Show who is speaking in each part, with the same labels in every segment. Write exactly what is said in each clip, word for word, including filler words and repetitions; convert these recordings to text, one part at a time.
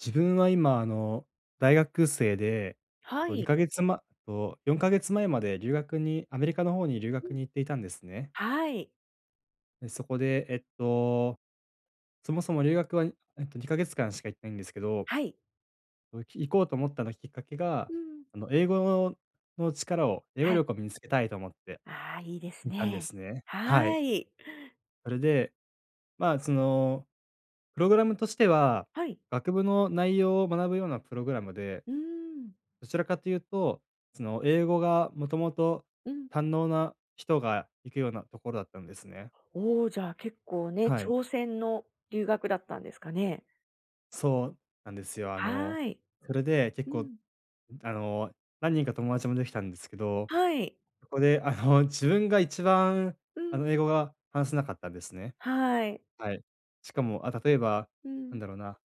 Speaker 1: 自分は今、あの、大学生で、
Speaker 2: は
Speaker 1: とに
Speaker 2: い。
Speaker 1: かげつまと、よんかげつまえまえまで留学にアメリカの方に留
Speaker 2: う
Speaker 1: 学
Speaker 2: ん。
Speaker 1: に行っていたんですね。
Speaker 2: はい。
Speaker 1: で、そこで、えっと、そもそも留学は、えっと、にかげつかんしか行ってないんですけど、
Speaker 2: はい。
Speaker 1: とき行こうと思ったのきっかけが、
Speaker 2: うん。
Speaker 1: あの、英語の力を英語
Speaker 2: はい。
Speaker 1: 力を身につけたいと思って
Speaker 2: ああ、いいです
Speaker 1: 行ったんで
Speaker 2: ね。
Speaker 1: すね。は
Speaker 2: は
Speaker 1: い。
Speaker 2: い。
Speaker 1: それで、まあ、その、プログラムとしては、
Speaker 2: はい。
Speaker 1: 学部の内容を学ぶようなプログラムで、
Speaker 2: うーん。
Speaker 1: どちらかというと、その、英語がもともと
Speaker 2: うん。
Speaker 1: 堪能な人が行くようなところだったんですね。
Speaker 2: おお、じゃあ結構ね、
Speaker 1: はい。
Speaker 2: 挑戦の留学だったんですかね。
Speaker 1: そうなんですよ。あの、
Speaker 2: はい。
Speaker 1: それで結
Speaker 2: う
Speaker 1: 構、
Speaker 2: ん。
Speaker 1: あの、何人か友達もできたんですけど、
Speaker 2: はい。
Speaker 1: そこで、あの、自分が一番、
Speaker 2: う
Speaker 1: あ
Speaker 2: ん。
Speaker 1: の、英語が話せなかったんですね。
Speaker 2: はい。
Speaker 1: はい。しかも、あ、例えば、
Speaker 2: う
Speaker 1: なん
Speaker 2: ん。
Speaker 1: だろうな、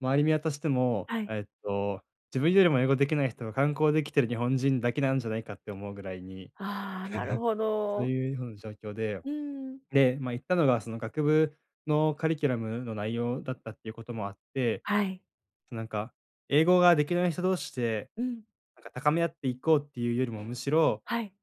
Speaker 1: 周り見渡しても、
Speaker 2: はい。
Speaker 1: えっと、自分よりも英語できない人が観光できてる日本人だけなんじゃないかって思うぐらいに、
Speaker 2: ああ、なるほ
Speaker 1: そう
Speaker 2: ど。
Speaker 1: いうような状況で
Speaker 2: うーん。
Speaker 1: で、まあ、行ったのがその学部のカリキュラムの内容だったっていうこともあって、
Speaker 2: はい。
Speaker 1: そ、なんか、英語ができない人同士で、
Speaker 2: うん。
Speaker 1: なんか高め合っていこうっていうよりもむしろ、
Speaker 2: はい。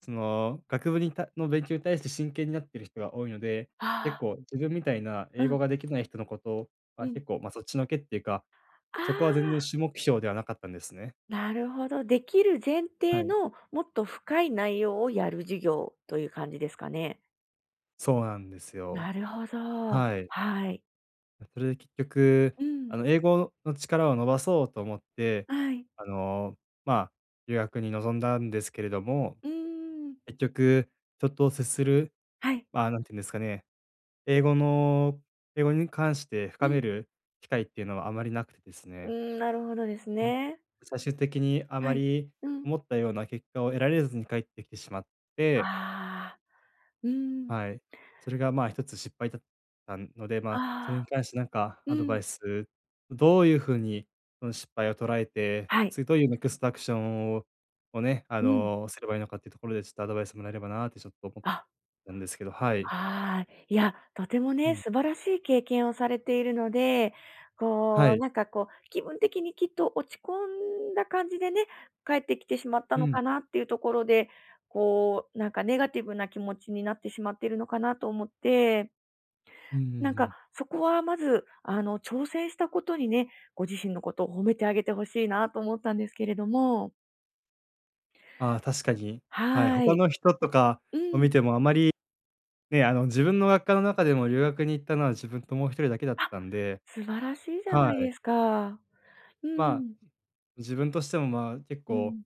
Speaker 1: その学部にたの勉強に対して真剣になってる人が多いので、
Speaker 2: あ
Speaker 1: 結構自分みたいな
Speaker 2: あ、
Speaker 1: 英
Speaker 2: うん、
Speaker 1: 語ができない人のこと
Speaker 2: う
Speaker 1: は
Speaker 2: ん。
Speaker 1: 結構、まあ、そっちのけっていうか、
Speaker 2: あ
Speaker 1: そこは全然
Speaker 2: あ。
Speaker 1: 主目標ではなかったんですね。
Speaker 2: なるほど。できる前
Speaker 1: は
Speaker 2: 提
Speaker 1: い。
Speaker 2: のもっと深い内容をやる授業という感じですかね。
Speaker 1: そうなんですよ。
Speaker 2: なるほど。
Speaker 1: はい。
Speaker 2: はい。
Speaker 1: それで結局、
Speaker 2: うん。
Speaker 1: あの、英語の力を伸ばそうと思って、
Speaker 2: はい。
Speaker 1: あの、まあ、留学に臨んだんですけれども、
Speaker 2: うーん。
Speaker 1: 結局、人と接する、
Speaker 2: はい。
Speaker 1: まあ、なんていうんですかね、英語の英語に関して
Speaker 2: う
Speaker 1: 深め
Speaker 2: ん。
Speaker 1: る機会っていうのはあまりなくてです
Speaker 2: うー
Speaker 1: ね、
Speaker 2: ん、なるほどです
Speaker 1: はい、
Speaker 2: ね。
Speaker 1: 最終的にあ
Speaker 2: は
Speaker 1: ま
Speaker 2: い。
Speaker 1: り
Speaker 2: うん。
Speaker 1: 思ったような結果を得られずに帰ってきてしまっ
Speaker 2: あ
Speaker 1: て、
Speaker 2: あ。うーん。
Speaker 1: はい。それが、まあ、一つ失敗だったので、ま
Speaker 2: あ
Speaker 1: あ、それに
Speaker 2: あ。
Speaker 1: 関してなんか
Speaker 2: う
Speaker 1: アドバ
Speaker 2: ん。
Speaker 1: イス、どういう風にその失敗を捉えて、
Speaker 2: はい。
Speaker 1: 次どういうネクストアクションををね、あ
Speaker 2: うん。
Speaker 1: の、すればいいのかっていうところで、ちょっとアドバイスもらえればなーってちょっと思っ
Speaker 2: あ、
Speaker 1: たんですけど、はい。
Speaker 2: はい。いや、とても
Speaker 1: う
Speaker 2: ね、
Speaker 1: ん。
Speaker 2: 素晴らしい経験をされているので、
Speaker 1: は
Speaker 2: こう、
Speaker 1: い。
Speaker 2: なんかこう、気分的にきっと落ち込んだ感じでね、帰ってきてしまった
Speaker 1: う
Speaker 2: のか
Speaker 1: ん。
Speaker 2: なっていうところで、こう、なんかネガティブな気持ちになってしまっているのかなと思って、
Speaker 1: うんうんう
Speaker 2: なんか
Speaker 1: ん。
Speaker 2: そこはまず、あの、挑戦したことにね、ご自身のことを褒めてあげてほしいなと思ったんですけれども、
Speaker 1: ああ、確かに。はい、
Speaker 2: は
Speaker 1: 他
Speaker 2: い。
Speaker 1: の人とか
Speaker 2: う
Speaker 1: を見
Speaker 2: ん。
Speaker 1: てもあまりね、あの、自分の学科の中でも留学に行ったのは自分ともう一人だけだっ
Speaker 2: あ、
Speaker 1: たんで、
Speaker 2: 素晴らしいじゃな
Speaker 1: は
Speaker 2: い
Speaker 1: い。
Speaker 2: ですか。う
Speaker 1: まあ、
Speaker 2: ん。
Speaker 1: 自分としても、まあ、結
Speaker 2: う
Speaker 1: 構
Speaker 2: ん。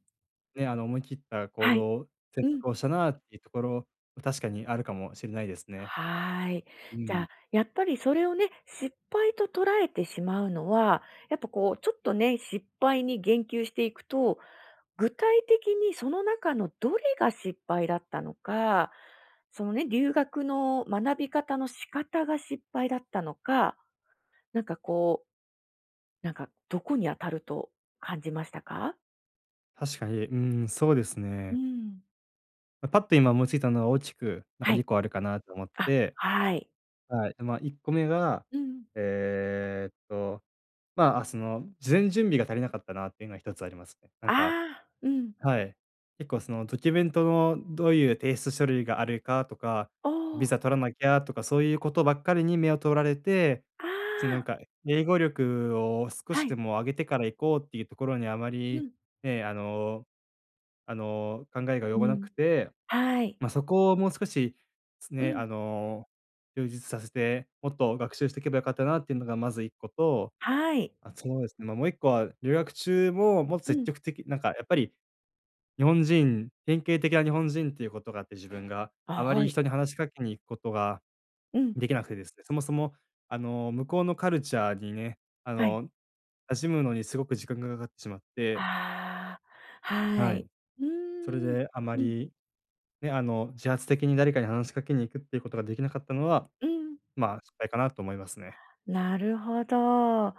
Speaker 1: ね、あの、思い切った行
Speaker 2: はい。
Speaker 1: 動、選
Speaker 2: うん。
Speaker 1: 択をしたなっていうところ、確かにあるかもしれないですね。
Speaker 2: はーい。
Speaker 1: う
Speaker 2: じゃ
Speaker 1: ん。
Speaker 2: あ、やっぱりそれをね、失敗と捉えてしまうのは、やっぱこう、ちょっとね、失敗に言及していくと、具体的にその中のどれが失敗だったのか、そのね、留学の学び方の仕方が失敗だったのか、なんかこう、なんかどこに当たると感じましたか？
Speaker 1: 確かに、うん、そうです
Speaker 2: う
Speaker 1: ね。
Speaker 2: ん。
Speaker 1: ま、パッと今思いついたのは大きく、なんか
Speaker 2: はい。
Speaker 1: にこあるかなと思っ
Speaker 2: あ、
Speaker 1: て、
Speaker 2: はい。
Speaker 1: はい、まあ、いっこめが、
Speaker 2: うん。
Speaker 1: えーっと、まあ、あその、事前準備が足りなかったなっていうのがひとつありますね。なん
Speaker 2: あ
Speaker 1: か
Speaker 2: あ、うん。
Speaker 1: はい。結構そのドキュメントのどういう提出書類があるかとか、
Speaker 2: お
Speaker 1: ビ
Speaker 2: ー、
Speaker 1: ザ取らなきゃとかそういうことばっかりに目を取られて、そのな
Speaker 2: あ
Speaker 1: んか英語力を少
Speaker 2: あ、は
Speaker 1: し
Speaker 2: い。
Speaker 1: でも上げてから行こうっていうところにあま
Speaker 2: う
Speaker 1: り
Speaker 2: ん。
Speaker 1: ね、あのあの、考えが
Speaker 2: う
Speaker 1: 及ばな
Speaker 2: ん。
Speaker 1: くて、
Speaker 2: はい。
Speaker 1: まあ、そこをもう少し、
Speaker 2: う
Speaker 1: ね、
Speaker 2: ん。
Speaker 1: あの、充実させて、もっと学習していけばよかったなっていうのがまずいっこと、
Speaker 2: はい。
Speaker 1: あ、そうですね、まあ、もういっこは留学中ももっと
Speaker 2: う
Speaker 1: 積
Speaker 2: ん。
Speaker 1: 極的なんかやっぱり日本人典型的な日本人っていうことがあって、自分が
Speaker 2: あ、
Speaker 1: あま
Speaker 2: は
Speaker 1: り
Speaker 2: い。
Speaker 1: 人に話しかけに行くことが
Speaker 2: うん。
Speaker 1: できなくてですね、そもそも、あの、向こうのカルチャーにね、あ
Speaker 2: はい。
Speaker 1: の、馴染むのにすごく時間がかかってしまって、
Speaker 2: ああ、は
Speaker 1: は
Speaker 2: い。
Speaker 1: い。
Speaker 2: う
Speaker 1: それ
Speaker 2: ーん。
Speaker 1: であま
Speaker 2: うん。
Speaker 1: り、ね、あの、自発的に誰かに話しかけに行くっていうことができなかったのは、
Speaker 2: うん。
Speaker 1: まあ、失敗かなと思いますね。
Speaker 2: なるほど。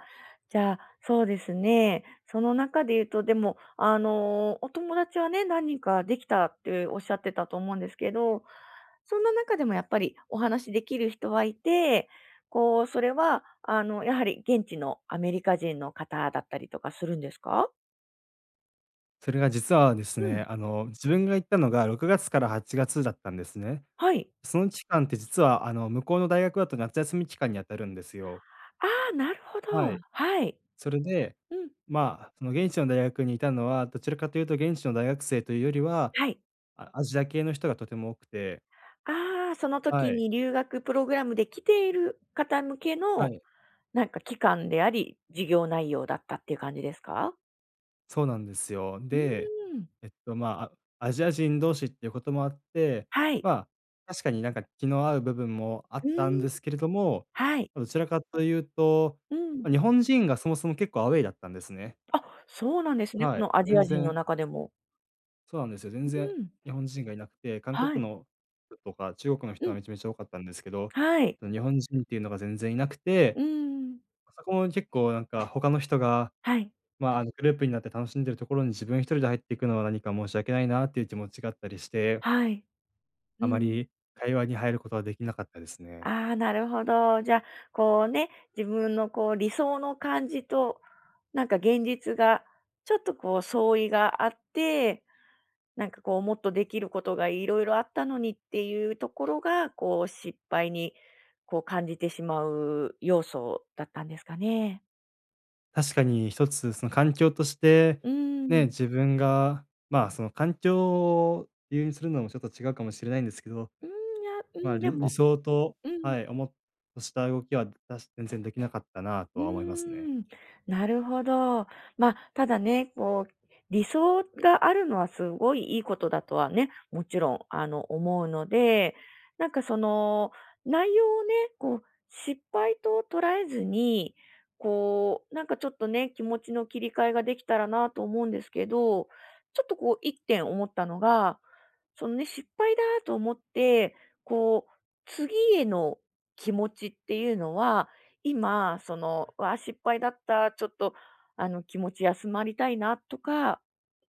Speaker 2: じゃあ、そうですね。その中で言うと、でも、あの、お友達はね、何人かできたっておっしゃってたと思うんですけど、そんな中でもやっぱりお話できる人はいて、こう、それは、あの、やはり現地のアメリカ人の方だったりとかするんですか？
Speaker 1: それが実はです
Speaker 2: うん。
Speaker 1: ね、あの、自分が行ったのがろくがつからはちがつだったんですね。
Speaker 2: はい。
Speaker 1: その期間って実は、あの、向こうの大学だと夏休み期間にあたるんですよ。
Speaker 2: ああ、なるほど。
Speaker 1: はい。
Speaker 2: はい。
Speaker 1: それで、
Speaker 2: うん。
Speaker 1: まあ、その現地の大学にいたのは、どちらかというと現地の大学生というよりは、
Speaker 2: はい。
Speaker 1: あアジア系の人がとても多くて。
Speaker 2: ああ、その
Speaker 1: は
Speaker 2: 時
Speaker 1: い。
Speaker 2: に留学プログラムで来ている方向け
Speaker 1: は
Speaker 2: の、
Speaker 1: い。
Speaker 2: なんか期間であり、授業内容だったっていう感じですか？
Speaker 1: そうなんですよ。
Speaker 2: う
Speaker 1: で、
Speaker 2: ーん。
Speaker 1: えっと、まあ、あアジア人同士っていうこともあって、
Speaker 2: はい。
Speaker 1: まあ、確かになんか気の合う部分もあ
Speaker 2: う
Speaker 1: ったん
Speaker 2: ーん。
Speaker 1: ですけれども、
Speaker 2: はい。
Speaker 1: どちらかというと、
Speaker 2: うん。
Speaker 1: ま、日本人がそもそも結構アウェイだったんですね。
Speaker 2: あ、そうなんですね。こ
Speaker 1: はい。
Speaker 2: のアジ
Speaker 1: 全
Speaker 2: ア人の
Speaker 1: 然
Speaker 2: 中でも。
Speaker 1: そうなんですよ。全
Speaker 2: う
Speaker 1: 然
Speaker 2: ん。
Speaker 1: 日本人がいなくて、韓
Speaker 2: は
Speaker 1: 国
Speaker 2: い。
Speaker 1: の人とか中国の
Speaker 2: う
Speaker 1: 人は
Speaker 2: ん。
Speaker 1: めちゃめちゃ多かったんですけど、
Speaker 2: はい。
Speaker 1: その日本人っていうのが全然いなく
Speaker 2: う
Speaker 1: て、
Speaker 2: ーん。
Speaker 1: そこも結構なんか他の人が、
Speaker 2: はい。
Speaker 1: まあ、あの、グループになって楽しんでるところに自分一人で入っていくのは何か申し訳ないなっていう気持ちがあったりして、
Speaker 2: はい。う
Speaker 1: あま
Speaker 2: ん。
Speaker 1: り会話に入ることはできなかったですね。
Speaker 2: ああ、なるほど。じゃあ、こうね、自分のこう理想の感じと、なんか現実が、ちょっとこう相違があって、なんかこうもっとできることがいろいろあったのにっていうところが、こう失敗にこう感じてしまう要素だったんですかね。
Speaker 1: 確かに一つその環境として、
Speaker 2: うー
Speaker 1: ね、
Speaker 2: ん。
Speaker 1: 自分が、まあ、その環境を理由にするのもちょっと違うかもしれないんですけど、
Speaker 2: うん、いや、う
Speaker 1: まあ、
Speaker 2: ん、で
Speaker 1: 理理
Speaker 2: も
Speaker 1: 想と、
Speaker 2: うん。
Speaker 1: はい、思っとした動きはだし全然できなかったな
Speaker 2: う
Speaker 1: とは思いますね。
Speaker 2: ーん、なるほど。まあ、ただね、こう、理想があるのはすごいいいことだとはね、もちろん、あの、思うので、なんかその、内容をね、こう、失敗と捉えずに、こう、なんかちょっとね、気持ちの切り替えができたらなと思うんですけど、ちょっとこういってん思ったのが、そのね、失敗だと思って、こう、次への気持ちっていうのは今、その、わあ、失敗だった、ちょっと、あの、気持ち休まりたいなとか、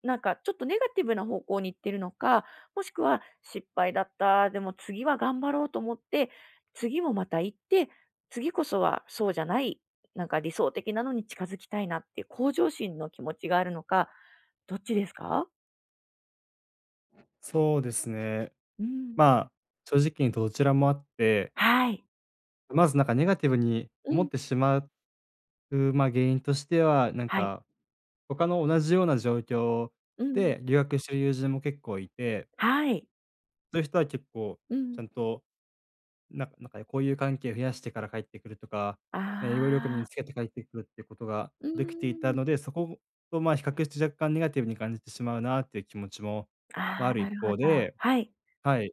Speaker 2: なんか、ちょっとネガティブな方向に行ってるのか、もしくは、失敗だった、でも次は頑張ろうと思って、次もまた行って、次こそはそうじゃない、なんか理想的なのに近づきたいなっていう向上心の気持ちがあるのか、どっちですか？
Speaker 1: そうですね。
Speaker 2: うん。
Speaker 1: まあ、正直にどちらもあって、
Speaker 2: はい。
Speaker 1: まずなんかネガティブに
Speaker 2: う
Speaker 1: 思っ
Speaker 2: ん。
Speaker 1: てしまう、まあ、原因としては、なん
Speaker 2: はい。
Speaker 1: か他の同じような状況
Speaker 2: うん。
Speaker 1: で留学してる友人も結構いて、
Speaker 2: はい。
Speaker 1: そういう人は結構
Speaker 2: う
Speaker 1: ち
Speaker 2: ん。
Speaker 1: ゃんとなんかなんかねこういう関係を増やしてから帰ってくるとか、ね、英語力身
Speaker 2: あ
Speaker 1: に
Speaker 2: あ。
Speaker 1: つけて帰ってくるっていうことが
Speaker 2: う
Speaker 1: できていた
Speaker 2: ーん。
Speaker 1: ので、そことまあ比較して若干ネガティブに感じてしまうなっていう気持ちも、まあ、
Speaker 2: あ
Speaker 1: あ
Speaker 2: あ、
Speaker 1: る
Speaker 2: な
Speaker 1: 一
Speaker 2: るほど。
Speaker 1: 方で、
Speaker 2: はい。
Speaker 1: はい。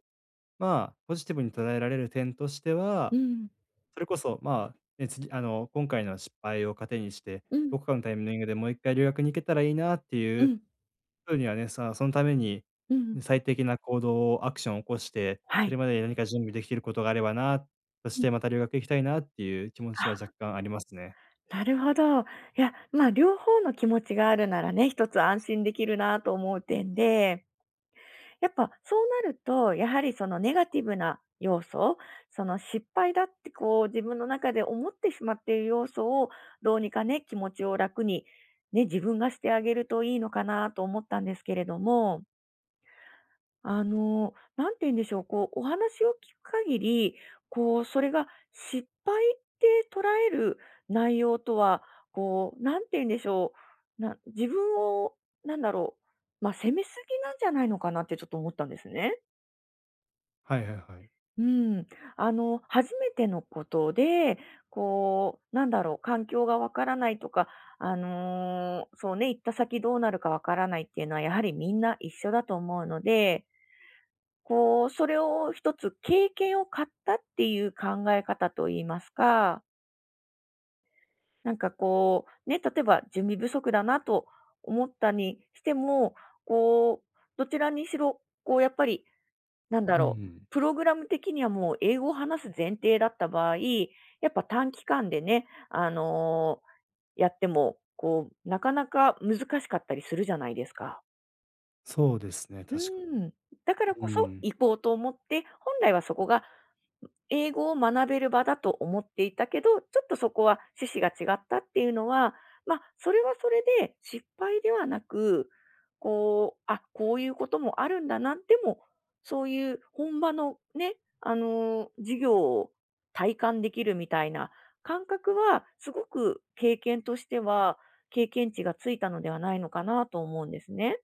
Speaker 1: まあ、ポジティブに捉えられる点として
Speaker 2: う
Speaker 1: は、
Speaker 2: ん、
Speaker 1: それこそ、まあ、ね、次あの今回の失敗を糧にして、
Speaker 2: うん、
Speaker 1: どこかのタイミングでもう一回留学に行けたらいいなってい
Speaker 2: う
Speaker 1: う
Speaker 2: ん、
Speaker 1: ふうにはね、さそのために、
Speaker 2: うん、
Speaker 1: ね最適な行動をアクションを起こして、
Speaker 2: は
Speaker 1: そ
Speaker 2: い。
Speaker 1: れまでに何か準備できていることがあればな、そし
Speaker 2: うん。
Speaker 1: てまた留学行きたいなっていう気持ちは若
Speaker 2: あ、
Speaker 1: 干ありますね。
Speaker 2: なるほど。いや、まあ、両方の気持ちがあるならね、一つ安心できるなと思う点で、やっぱそうなると、やはりそのネガティブな要素、その失敗だってこう自分の中で思ってしまっている要素をどうにかね、気持ちを楽にね、自分がしてあげるといいのかなと思ったんですけれども。あの、なんて言うんでしょう、こう、お話を聞く限り、こう、それが失敗って捉える内容とは、こう、なんて言うんでしょう、な自分を、なんだろう、まあ、責めすぎなんじゃないのかなってちょっと思ったんですね。
Speaker 1: はいはいはい。
Speaker 2: うん。あの、初めてのことで、こう、なんだろう、環境がわからないとか、あの、そうね、行った先どうなるかわからないっていうのは、やはりみんな一緒だと思うので、こう、それを一つ経験を買ったっていう考え方といいますか、なんかこう、ね、例えば準備不足だなと思ったにしても、こう、どちらにしろ、こう、やっぱり、なんだ
Speaker 1: う
Speaker 2: ろう、
Speaker 1: ん。
Speaker 2: プログラム的にはもう英語を話す前提だった場合、やっぱ短期間でね、あのーやっても、こう、なかなか難しかったりするじゃないですか。
Speaker 1: そうですね、
Speaker 2: う
Speaker 1: 確かに。
Speaker 2: ん。だから
Speaker 1: う
Speaker 2: こそ
Speaker 1: ん。
Speaker 2: 行こうと思って、本来はそこが英語を学べる場だと思っていたけど、ちょっとそこは趣旨が違ったっていうのは、まあ、それはそれで失敗ではなく、こう、あ、こういうこともあるんだな、でも、そういう本場のね、あの、授業を体感できるみたいな感覚は、すごく経験としては、経験値がついたのではないのかなと思うんですね。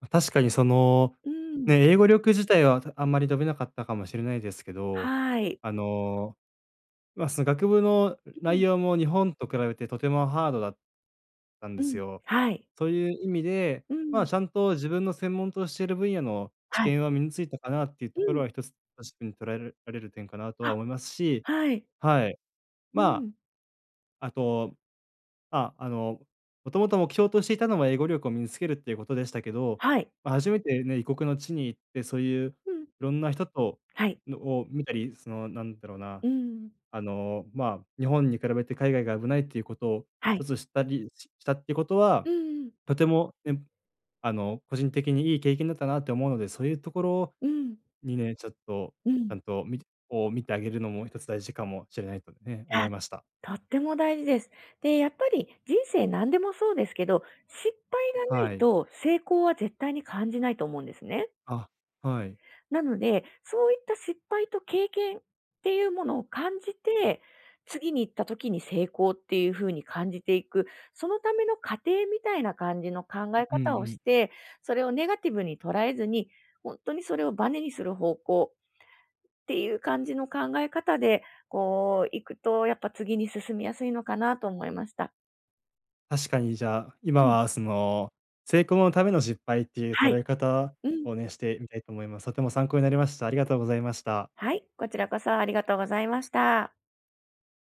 Speaker 1: ま、確かにその、
Speaker 2: うん。
Speaker 1: ね、英語力自体はあんまり伸びなかったかもしれないですけど、
Speaker 2: はい。
Speaker 1: あの、ま、その学部の内容も日本と比べてとてもハードだたん
Speaker 2: う
Speaker 1: で
Speaker 2: ん、う
Speaker 1: す
Speaker 2: ん。
Speaker 1: よ。
Speaker 2: はい。
Speaker 1: そういう意味で、
Speaker 2: う
Speaker 1: まあ、
Speaker 2: ん。
Speaker 1: ちゃんと自分の専門としている分野の知
Speaker 2: はい。
Speaker 1: 見は身についたかなっていう
Speaker 2: う
Speaker 1: とこ
Speaker 2: ん。
Speaker 1: ろは、一つポジティブに捉えるられる点かなとは
Speaker 2: あ、
Speaker 1: 思いますし、
Speaker 2: はい。
Speaker 1: はい。
Speaker 2: う
Speaker 1: まあ、
Speaker 2: ん。
Speaker 1: あと、まあ、あの、もともと目標としていたのは英語力を身につけるっていうことでしたけど、
Speaker 2: はい。
Speaker 1: まあ、初めてね、異国の地に行って、そういうい
Speaker 2: うん。
Speaker 1: ろんな人と
Speaker 2: はい。
Speaker 1: のを見たり、その、なんだろうな、
Speaker 2: うん。
Speaker 1: あの、まあ、日本に比べて海外が危ないっていうことを
Speaker 2: は
Speaker 1: 一
Speaker 2: い。
Speaker 1: つ知ったりししたっていうことは、
Speaker 2: うんうん。
Speaker 1: とても、ねあの、個人的にいい経験だったなって思うので、そういうところ
Speaker 2: うん。
Speaker 1: にね、ちょっとちゃんとみてこう見てあげるのも一つ大事かもしれないとね、思い
Speaker 2: あ、
Speaker 1: ました。
Speaker 2: とっても大事です。で、やっぱり人生何でもそうですけど、失敗がな
Speaker 1: は
Speaker 2: い
Speaker 1: い。
Speaker 2: と成功は絶対に感じないと思うんですね。
Speaker 1: あ、はい。
Speaker 2: なので、そういった失敗と経験っていうものを感じて、次に行った時に成功っていうふうに感じていく、そのための過程みたいな感じの考え
Speaker 1: うん
Speaker 2: 方を
Speaker 1: うん。
Speaker 2: して、それをネガティブに捉えずに、本当にそれをバネにする方向っていう感じの考え方で、こう行くと、やっぱ次に進みやすいのかなと思いました。
Speaker 1: 確かにじゃあ、
Speaker 2: う
Speaker 1: 今
Speaker 2: ん。
Speaker 1: はその、成功のための失敗っていう
Speaker 2: は
Speaker 1: 捉
Speaker 2: い。
Speaker 1: え方
Speaker 2: うん。
Speaker 1: をね、してみたいと思います。とても参考になりました。ありがとうございました。
Speaker 2: はい、こちらこそありがとうございました。